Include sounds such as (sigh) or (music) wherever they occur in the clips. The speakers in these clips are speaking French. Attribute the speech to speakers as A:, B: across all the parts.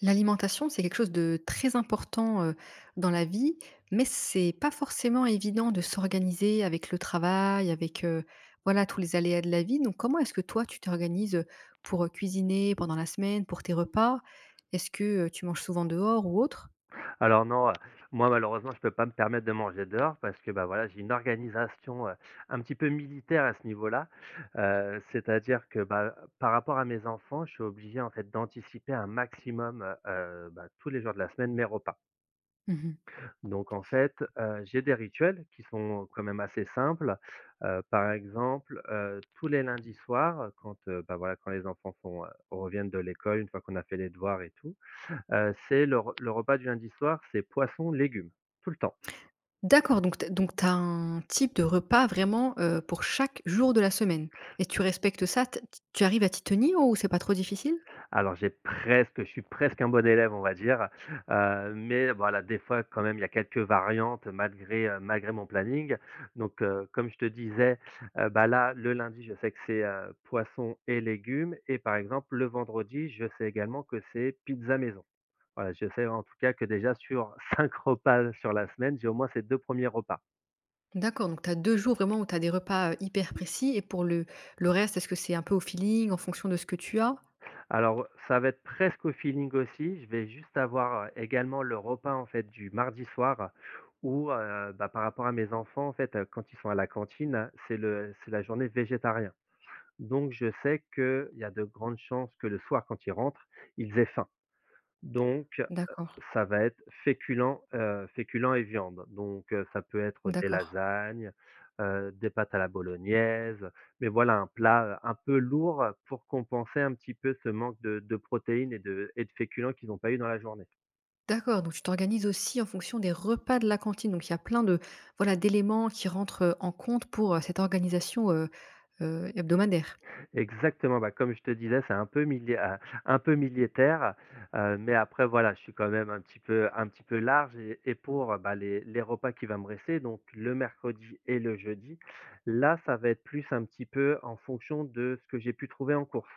A: L'alimentation, c'est quelque chose de très important, dans la vie, mais c'est pas forcément évident de s'organiser avec le travail, voilà, tous les aléas de la vie. Donc comment est-ce que toi, tu t'organises, pour cuisiner pendant la semaine, pour tes repas? Est-ce que tu manges souvent dehors ou autre?
B: Alors non, moi malheureusement, je peux pas me permettre de manger dehors parce que, bah, voilà, j'ai une organisation, un petit peu militaire à ce niveau-là. C'est-à-dire que, bah, par rapport à mes enfants, je suis obligé, en fait, d'anticiper un maximum, bah, tous les jours de la semaine, mes repas.
A: Mmh.
B: Donc en fait, j'ai des rituels qui sont quand même assez simples. Par exemple, tous les lundis soirs, quand, bah, voilà, quand les enfants sont, reviennent de l'école, une fois qu'on a fait les devoirs et tout, c'est le repas du lundi soir, c'est poisson, légumes, tout le temps.
A: D'accord, donc tu as un type de repas vraiment, pour chaque jour de la semaine et tu respectes ça? Tu arrives à t'y tenir ou c'est pas trop difficile?
B: Alors j'ai presque je suis presque un bon élève, on va dire, mais voilà, des fois quand même, il y a quelques variantes malgré, malgré mon planning. Donc, comme je te disais, bah, là, le lundi, je sais que c'est, poisson et légumes et par exemple, le vendredi, je sais également que c'est pizza maison. Voilà, je sais en tout cas que déjà sur (laughs) 5 repas sur la semaine, j'ai au moins ces 2 premiers repas.
A: D'accord, donc tu as 2 jours vraiment où tu as des repas, hyper précis et pour le reste, est-ce que c'est un peu au feeling, en fonction de ce que tu as?
B: Alors, ça va être presque au feeling aussi. Je vais juste avoir, également le repas, en fait, du mardi soir où, bah, par rapport à mes enfants, en fait, quand ils sont à la cantine, c'est le c'est la journée végétarien. Donc je sais qu'il y a de grandes chances que le soir, quand ils rentrent, ils aient faim. Donc
A: D'accord,
B: ça va être féculents, féculents et viande, donc ça peut être des
A: d'accord.
B: lasagnes, des pâtes à la bolognaise, mais voilà un plat, un peu lourd pour compenser un petit peu ce manque de protéines et de féculents qu'ils n'ont pas eu dans la journée.
A: D'accord, donc tu t'organises aussi en fonction des repas de la cantine. Donc il y a plein de voilà d'éléments qui rentrent, en compte pour, cette organisation, hebdomadaire.
B: Exactement, bah, comme je te disais, c'est un peu mili un peu militaire, mais après voilà, je suis quand même un petit peu large et pour, bah, les repas qui va me rester, donc le mercredi et le jeudi, là, ça va être plus un petit peu en fonction de ce que j'ai pu trouver en course.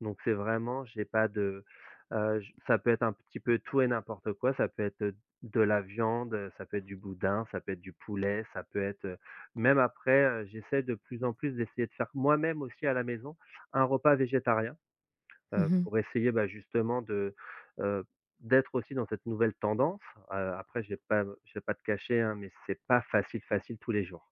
B: Donc c'est vraiment j'ai pas de, j ça peut être un petit peu tout et n'importe quoi, ça peut être, de la viande, ça peut être du boudin, ça peut être du poulet, ça peut être, même après, j'essaie de plus en plus d'essayer de faire moi-même aussi à la maison. Un repas végétarien,
A: Mmh.
B: pour essayer, bah, justement de, heu, d'être aussi dans cette nouvelle tendance. Après, je vais pas te cacher, hein, mais c'est pas facile, facile tous les jours.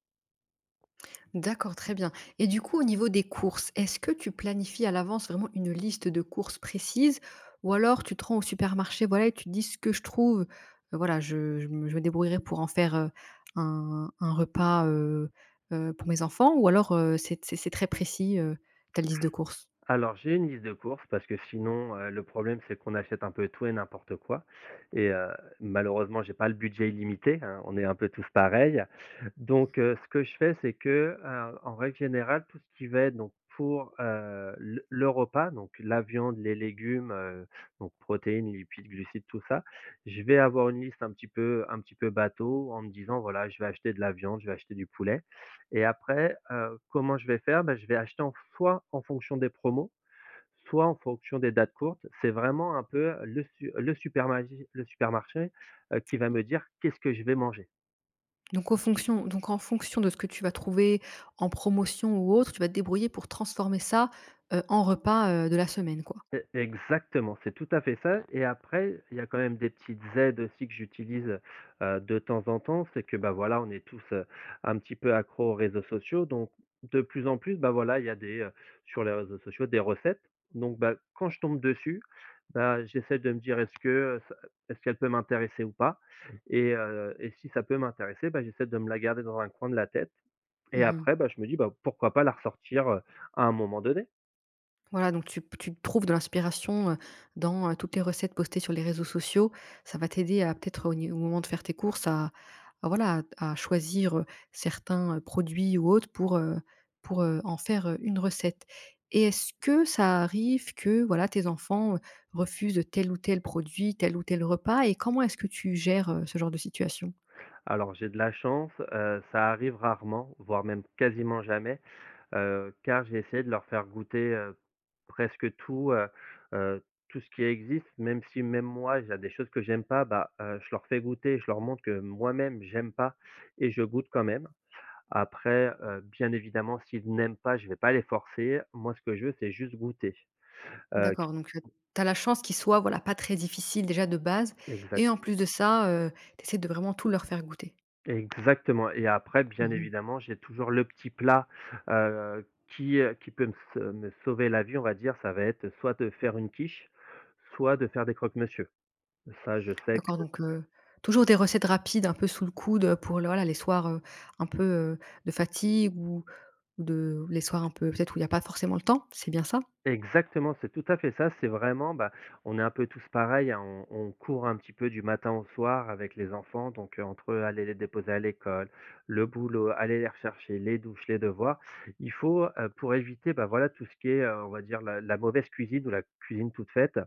A: D'accord, très bien, et du coup, au niveau des courses, est-ce que tu planifies à l'avance vraiment une liste de courses précises? Ou alors tu te rends au supermarché, voilà, et tu te dis: «Ce que je trouve, voilà, je me débrouillerai pour en faire, un repas, pour mes enfants», ou alors, c'est très précis, ta liste de courses?
B: Alors, j'ai une liste de courses parce que sinon, le problème, c'est qu'on achète un peu tout et n'importe quoi et malheureusement, j'ai pas le budget illimité, hein, on est un peu tous pareils. Donc ce que je fais, c'est que, en règle générale, tout ce qui va être donc pour, le repas, donc la viande, les légumes, donc protéines, lipides, glucides, tout ça, je vais avoir une liste un petit peu bateau en me disant: «Voilà, je vais acheter de la viande, je vais acheter du poulet» et après, comment je vais faire? Ben je vais acheter en soit en fonction des promos soit en fonction des dates courtes, c'est vraiment un peu le su le supermagi le supermarché, qui va me dire qu'est-ce que je vais manger.
A: Donc, aux fonctions donc en fonction de ce que tu vas trouver en promotion ou autre, tu vas te débrouiller pour transformer ça, en repas, de la semaine, quoi?
B: E Exactement, c'est tout à fait ça et après, il y a quand même des petites aides aussi que j'utilise, de temps en temps. C'est que, bah, voilà, on est tous, un petit peu accro aux réseaux sociaux donc de plus en plus, bah, voilà, il y a des, sur les réseaux sociaux, des recettes donc bah, quand je tombe dessus, bah, j'essaie de me dire: «Est-ce que, ça est-ce qu'elle peut m'intéresser ou pas ?» Et si ça peut m'intéresser, bah, j'essaie de me la garder dans un coin de la tête et
A: Mmh.
B: après, bah, je me dis: «Bah, pourquoi pas la ressortir, à un moment donné ?»
A: Voilà, donc tu trouves de l'inspiration, dans toutes les recettes postées sur les réseaux sociaux. Ça va t'aider à peut-être au ni au moment de faire tes courses à voilà, à choisir, certains, produits ou autres pour en faire, une recette. Et est-ce que ça arrive que, voilà, tes enfants, refusent tel ou tel produit, tel ou tel repas, et comment est-ce que tu gères, ce genre de situation?
B: Alors j'ai de la chance, ça arrive rarement, voire même quasiment jamais, car j'ai essayé de leur faire goûter, presque tout, tout ce qui existe, même si même moi, il y a des choses que j'aime pas, bah, je leur fais goûter, je leur montre que moi-même j'aime pas et je goûte quand même. Après, bien évidemment, s'ils n'aiment pas, je vais pas les forcer. Moi, ce que je veux, c'est juste goûter, qui
A: D'accord, donc tu as la chance qu'ils soient, voilà, pas très difficiles déjà de base,
B: exact.
A: et en plus de ça, tu essaies de vraiment tout leur faire goûter.
B: Exactement et après, bien
A: Mmh.
B: évidemment, j'ai toujours le petit plat, qui peut me s me sauver la vie, on va dire. Ça va être soit de faire une quiche, soit de faire des croque-monsieur. Ça, je sais
A: D'accord,
B: que
A: donc toujours des recettes rapides un peu sous le coude, pour le voilà, les soirs, un peu, de fatigue ou de les soirs un peu peut-être où il n'y a pas forcément le temps, c'est bien ça?
B: exactement, c'est tout à fait ça. C'est vraiment, bah, on est un peu tous pareils, hein, on court un petit peu du matin au soir avec les enfants, donc entre aller les déposer à l'école, le boulot, aller les rechercher, les douches, les devoirs, il faut, pour éviter, bah, voilà, tout ce qui est, on va dire la mauvaise cuisine ou la cuisine toute faite,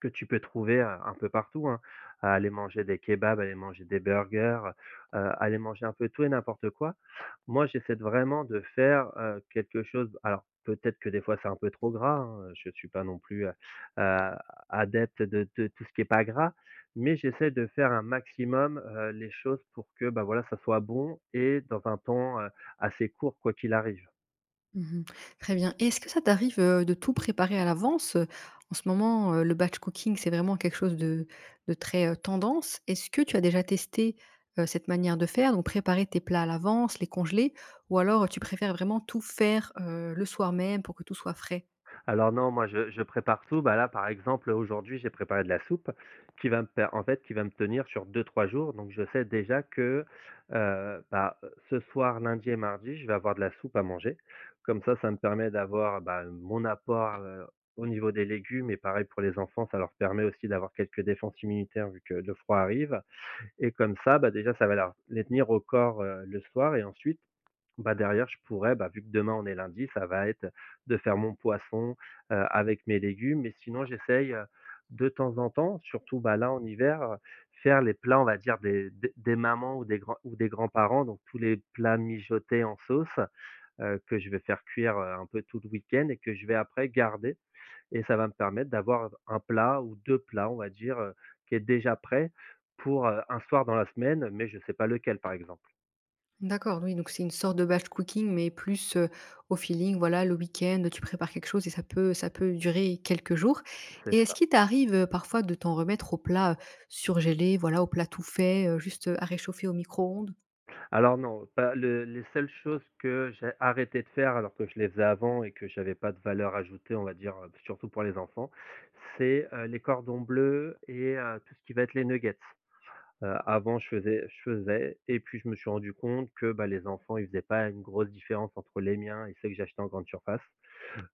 B: que tu peux trouver, un peu partout, hein. À Aller manger des kebabs, aller manger des burgers, aller manger un peu tout et n'importe quoi. Moi, j'essaie de vraiment de faire, quelque chose alors peut-être que des fois c'est un peu trop gras, hein, je suis pas non plus, heu, adepte de tout ce qui est pas gras, mais j'essaie de faire un maximum, les choses pour que, bah, voilà, ça soit bon et dans un temps, assez court quoi qu'il arrive.
A: Mmh. Très bien, et est-ce que ça t'arrive, de tout préparer à l'avance? En ce moment, le batch cooking, c'est vraiment quelque chose de très, tendance. Est-ce que tu as déjà testé, cette manière de faire, donc préparer tes plats à l'avance, les congeler, ou alors, tu préfères vraiment tout faire, le soir même pour que tout soit frais?
B: Alors non, moi je prépare tout. Bah, là, par exemple, aujourd'hui, j'ai préparé de la soupe qui va me per en fait, qui va me tenir sur deux trois jours. Donc je sais déjà que, bah, ce soir, lundi et mardi, je vais avoir de la soupe à manger. Comme ça me permet d'avoir, bah, mon apport, au niveau des légumes et pareil pour les enfants, ça leur permet aussi d'avoir quelques défenses immunitaires vu que le froid arrive et comme ça, bah, déjà, ça va leur les tenir au corps, le soir et ensuite bah, derrière, je pourrais, bah, vu que demain on est lundi, ça va être de faire mon poisson, avec mes légumes. Mais sinon, j'essaye, de temps en temps, surtout, bah, là, en hiver, faire les plats, on va dire, des mamans ou des grands ou des grands-parents, donc tous les plats mijotés en sauce, que je vais faire cuire, un peu tout le week-end et que je vais après garder et ça va me permettre d'avoir un plat ou 2 plats, on va dire, qui est déjà prêt pour, un soir dans la semaine, mais je ne sais pas lequel, par exemple.
A: D'accord, oui, donc c'est une sorte de batch cooking, mais plus, au feeling, voilà, le week-end, tu prépares quelque chose et ça peut durer quelques jours.
B: C'est
A: Et est-ce qu'il t'arrive, parfois de t'en remettre au plat surgelés, voilà, au plat tout fait, juste, à réchauffer au micro-ondes?
B: Alors non, pas le les seules choses que j'ai arrêté de faire alors que je les faisais avant et que j'avais pas de valeur ajoutée, on va dire, surtout pour les enfants, c'est, les cordons bleus et tout ce qui va être les nuggets. Avant je faisais et puis je me suis rendu compte que, bah, les enfants, ils faisaient pas une grosse différence entre les miens et ceux que j'achetais en grande surface.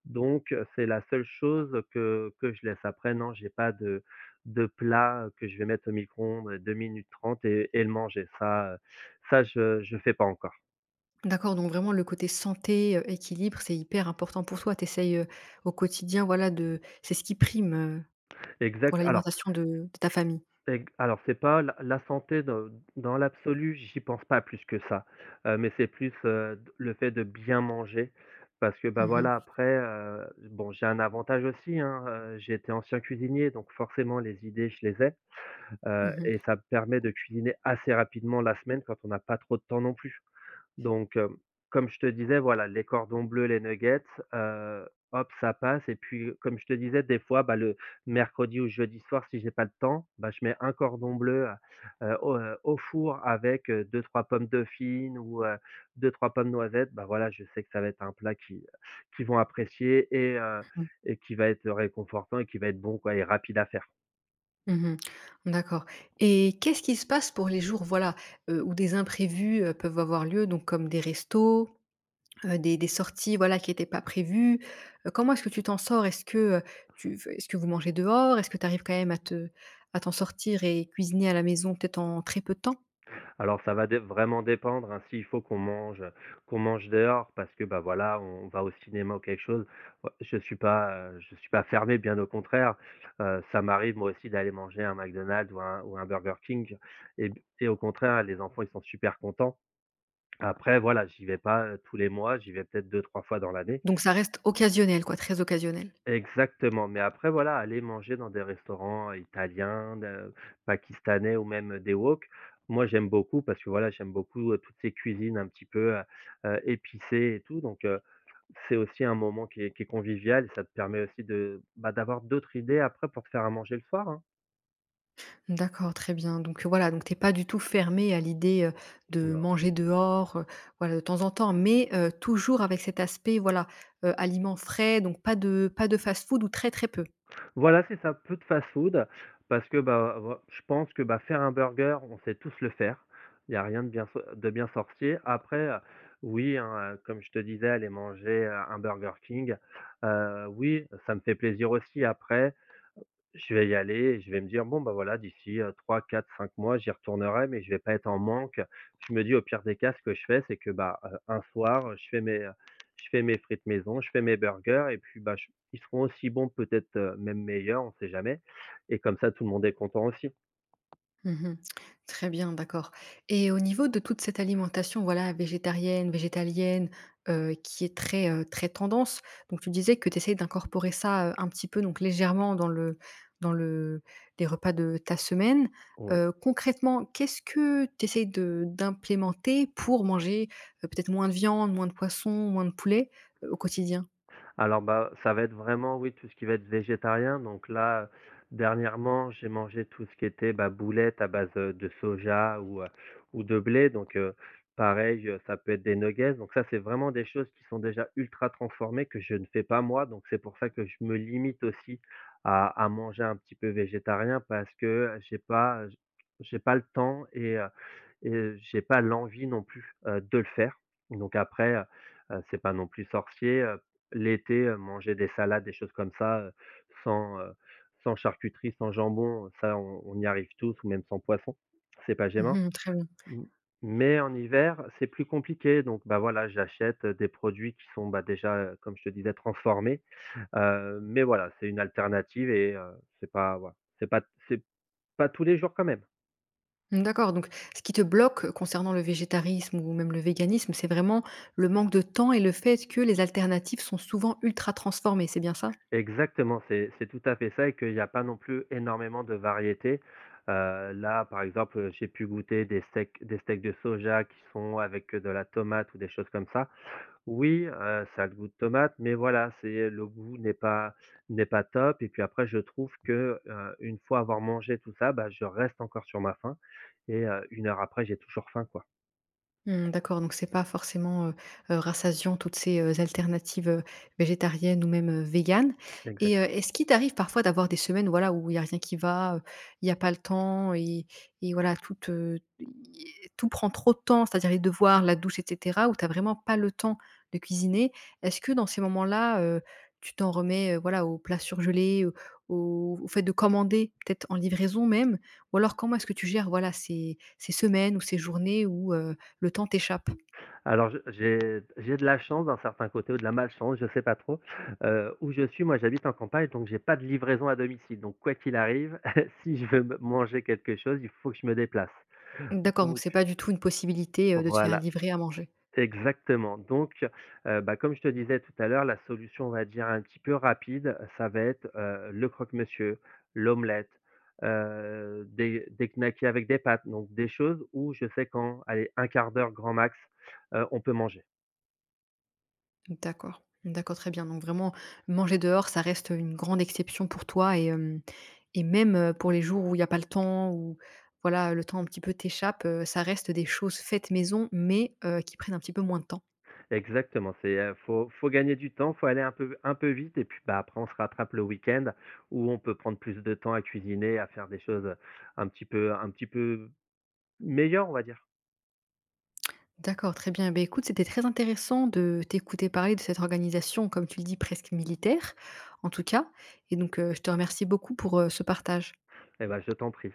B: Donc c'est la seule chose que je laisse. Après non, j'ai pas de plat, que je vais mettre au micro-ondes 2 minutes 30 et le manger. Ça, ça je fais pas encore.
A: D'accord, donc vraiment le côté santé, équilibre, c'est hyper important pour toi. Tu essayes, au quotidien, voilà, de c'est ce qui prime, pour
B: Exact alors
A: l'alimentation de ta famille.
B: ex alors c'est pas la santé dans l'absolu, j'y pense pas plus que ça, mais c'est plus, d le fait de bien manger parce que, bah,
A: Mmh mh.
B: voilà après, bon j'ai un avantage aussi, hein, j'ai été ancien cuisinier donc forcément les idées je les ai.
A: Mmh.
B: Et ça permet de cuisiner assez rapidement la semaine quand on n'a pas trop de temps non plus. Donc comme je te disais, voilà, les cordons bleus, les nuggets, heu, hop, ça passe et puis, comme je te disais, des fois, bah, le mercredi ou jeudi soir, si j'ai pas le temps, bah, je mets un cordon bleu, au four avec, 2-3 pommes dauphines ou, 2-3 pommes noisettes. Bah, voilà, je sais que ça va être un plat qui qu'ils vont apprécier et qui va être réconfortant et qui va être bon, quoi et rapide à faire.
A: Mmh. D'accord, et qu'est-ce qui se passe pour les jours, voilà, où des imprévus, peuvent avoir lieu, donc comme des restos, des sorties, voilà, qui étaient pas prévues? Comment est-ce que tu t'en sors? Est-ce que, tu est-ce que vous mangez dehors? Est-ce que tu arrives quand même à te à t'en sortir et cuisiner à la maison peut-être en très peu de temps?
B: Alors ça va dé vraiment dépendre, hein, s'il faut qu'on mange dehors parce que, bah, voilà, on va au cinéma ou quelque chose, je suis pas fermé, bien au contraire. Ça m'arrive moi aussi d'aller manger un McDonald's ou un Burger King et et au contraire, les enfants, ils sont super contents. Après voilà, j'y vais pas, tous les mois, j'y vais peut-être deux trois fois dans l'année.
A: Donc ça reste occasionnel, quoi, très occasionnel.
B: Exactement, mais après voilà, aller manger dans des restaurants italiens, de pakistanais ou même des wok. Moi, j'aime beaucoup parce que voilà, j'aime beaucoup, toutes ces cuisines un petit peu, épicées et tout, donc c'est aussi un moment qui est convivial et ça te permet aussi de, bah, d'avoir d'autres idées après pour te faire à manger le soir, hein.
A: D'accord, très bien. Donc, voilà, donc t'es pas du tout fermé à l'idée, de manger dehors, voilà, de temps en temps, mais toujours avec cet aspect, voilà, aliments frais, donc pas de fast-food, ou très, très peu?
B: Voilà, c'est ça, peu de fast-food parce que, bah, voi je pense que, bah, faire un burger, on sait tous le faire. Il n'y a rien de bien sorti. Après, oui, hein, comme je te disais, aller manger, un Burger King, oui, ça me fait plaisir aussi. Après, je vais y aller et je vais me dire: «Bon, bah, voilà, d'ici, 3-4-5 mois, j'y retournerai, mais je vais pas être en manque». Je me dis: «Au pire des cas, ce que je fais, c'est que, bah, un soir, je fais mes frites maison, je fais mes burgers et puis, bah, je ils seront aussi bons, peut-être, même meilleurs, on sait jamais» et comme ça, tout le monde est content aussi.
A: Mmh. Très bien, d'accord, et au niveau de toute cette alimentation, voilà, végétarienne, végétalienne, qui est très, très tendance, donc tu disais que tu essayes d'incorporer ça, un petit peu donc légèrement dans le les repas de ta semaine.
B: Oui.
A: Concrètement, qu'est-ce que tu essayes de d'implémenter pour manger, peut-être moins de viande, moins de poisson, moins de poulet, au quotidien?
B: Alors, bah, ça va être vraiment, oui, tout ce qui va être végétarien. Donc là, dernièrement, j'ai mangé tout ce qui était, bah, boulettes à base, de soja ou, ou de blé. Donc, pareil, ça peut être des nuggets. Donc ça, c'est vraiment des choses qui sont déjà ultra transformées que je ne fais pas moi. Donc c'est pour ça que je me limite aussi à manger un petit peu végétarien parce que j'ai pas j'ai pas le temps et et j'ai pas l'envie non plus, de le faire. Donc après, c'est pas non plus sorcier, l'été, manger des salades, des choses comme ça, sans, heu, sans charcuterie, sans jambon, ça on y arrive tous, ou même sans poisson, c'est pas gênant.
A: Mmh. Très bien.
B: M Mais en hiver, c'est plus compliqué, donc bah, voilà, j'achète, des produits qui sont, bah, déjà, comme je te disais, transformés, mais voilà, c'est une alternative, et c'est pas, voilà, c'est pas tous les jours quand même.
A: Mmh, d'accord, donc ce qui te bloque, concernant le végétarisme ou même le véganisme, c'est vraiment le manque de temps et le fait que les alternatives sont souvent ultra transformées, c'est bien ça?
B: Exactement, c'est tout à fait ça, et qu'il y a pas non plus énormément de variétés. Là, par exemple, j'ai pu goûter des steaks de soja qui sont avec, de la tomate ou des choses comme ça. Oui, ça a le goût de tomate, mais voilà, c'est le goût n'est pas top, et puis après je trouve que, une fois avoir mangé tout ça, bah, je reste encore sur ma faim, et 1 heure après j'ai toujours faim, quoi.
A: Mmh, d'accord, donc c'est pas forcément, rassasiant toutes ces, alternatives, végétariennes ou même, véganes.
B: Exact.
A: Et est-ce qu'il t'arrive parfois d'avoir des semaines, voilà, où il y a rien qui va, il y a pas le temps et voilà tout te i tout prend trop de temps, c'est-à-dire les devoirs, la douche et cetera, où tu as vraiment pas le temps de cuisiner? Est-ce que dans ces moments-là, tu t'en remets, voilà, aux plats surgelés, au au fait de commander, peut-être en livraison même? Ou alors comment est-ce que tu gères, voilà, ces semaines ou ces journées où, le temps t'échappe.
B: Alors, j'ai de la chance d'un certain côté ou de la malchance, je sais pas trop. Où je suis, moi, j'habite en campagne, donc j'ai pas de livraison à domicile. Donc quoi qu'il arrive, (laughs) si je veux me manger quelque chose, il faut que je me déplace.
A: D'accord, donc
B: Donc
A: c'est pas du tout une possibilité, de te faire
B: voilà,
A: livrer à manger?
B: exactement. Donc, bah, comme je te disais tout à l'heure, la solution, on va dire, un petit peu rapide, ça va être, le croque-monsieur, l'omelette, des knackis avec des pâtes, donc des choses où je sais qu'en, allez, un quart d'heure grand max, on peut manger.
A: D'accord, d'accord, très bien. Donc vraiment, manger dehors, ça reste, une grande exception pour toi et hem et même, pour les jours où il y a pas le temps, où voilà, le temps un petit peu t'échappe, ça reste des choses faites maison, mais qui prennent un petit peu moins de temps.
B: Exactement, c'est, faut gagner du temps, faut aller un peu vite, et puis, bah, après on se rattrape le week-end, où on peut prendre plus de temps à cuisiner, à faire des choses un petit peu meilleures, on va dire.
A: D'accord, très bien. Ben écoute, c'était très intéressant de t'écouter parler de cette organisation, comme tu le dis, presque militaire, en tout cas, et donc je te remercie beaucoup pour, ce partage.
B: Eh ben je t'en prie.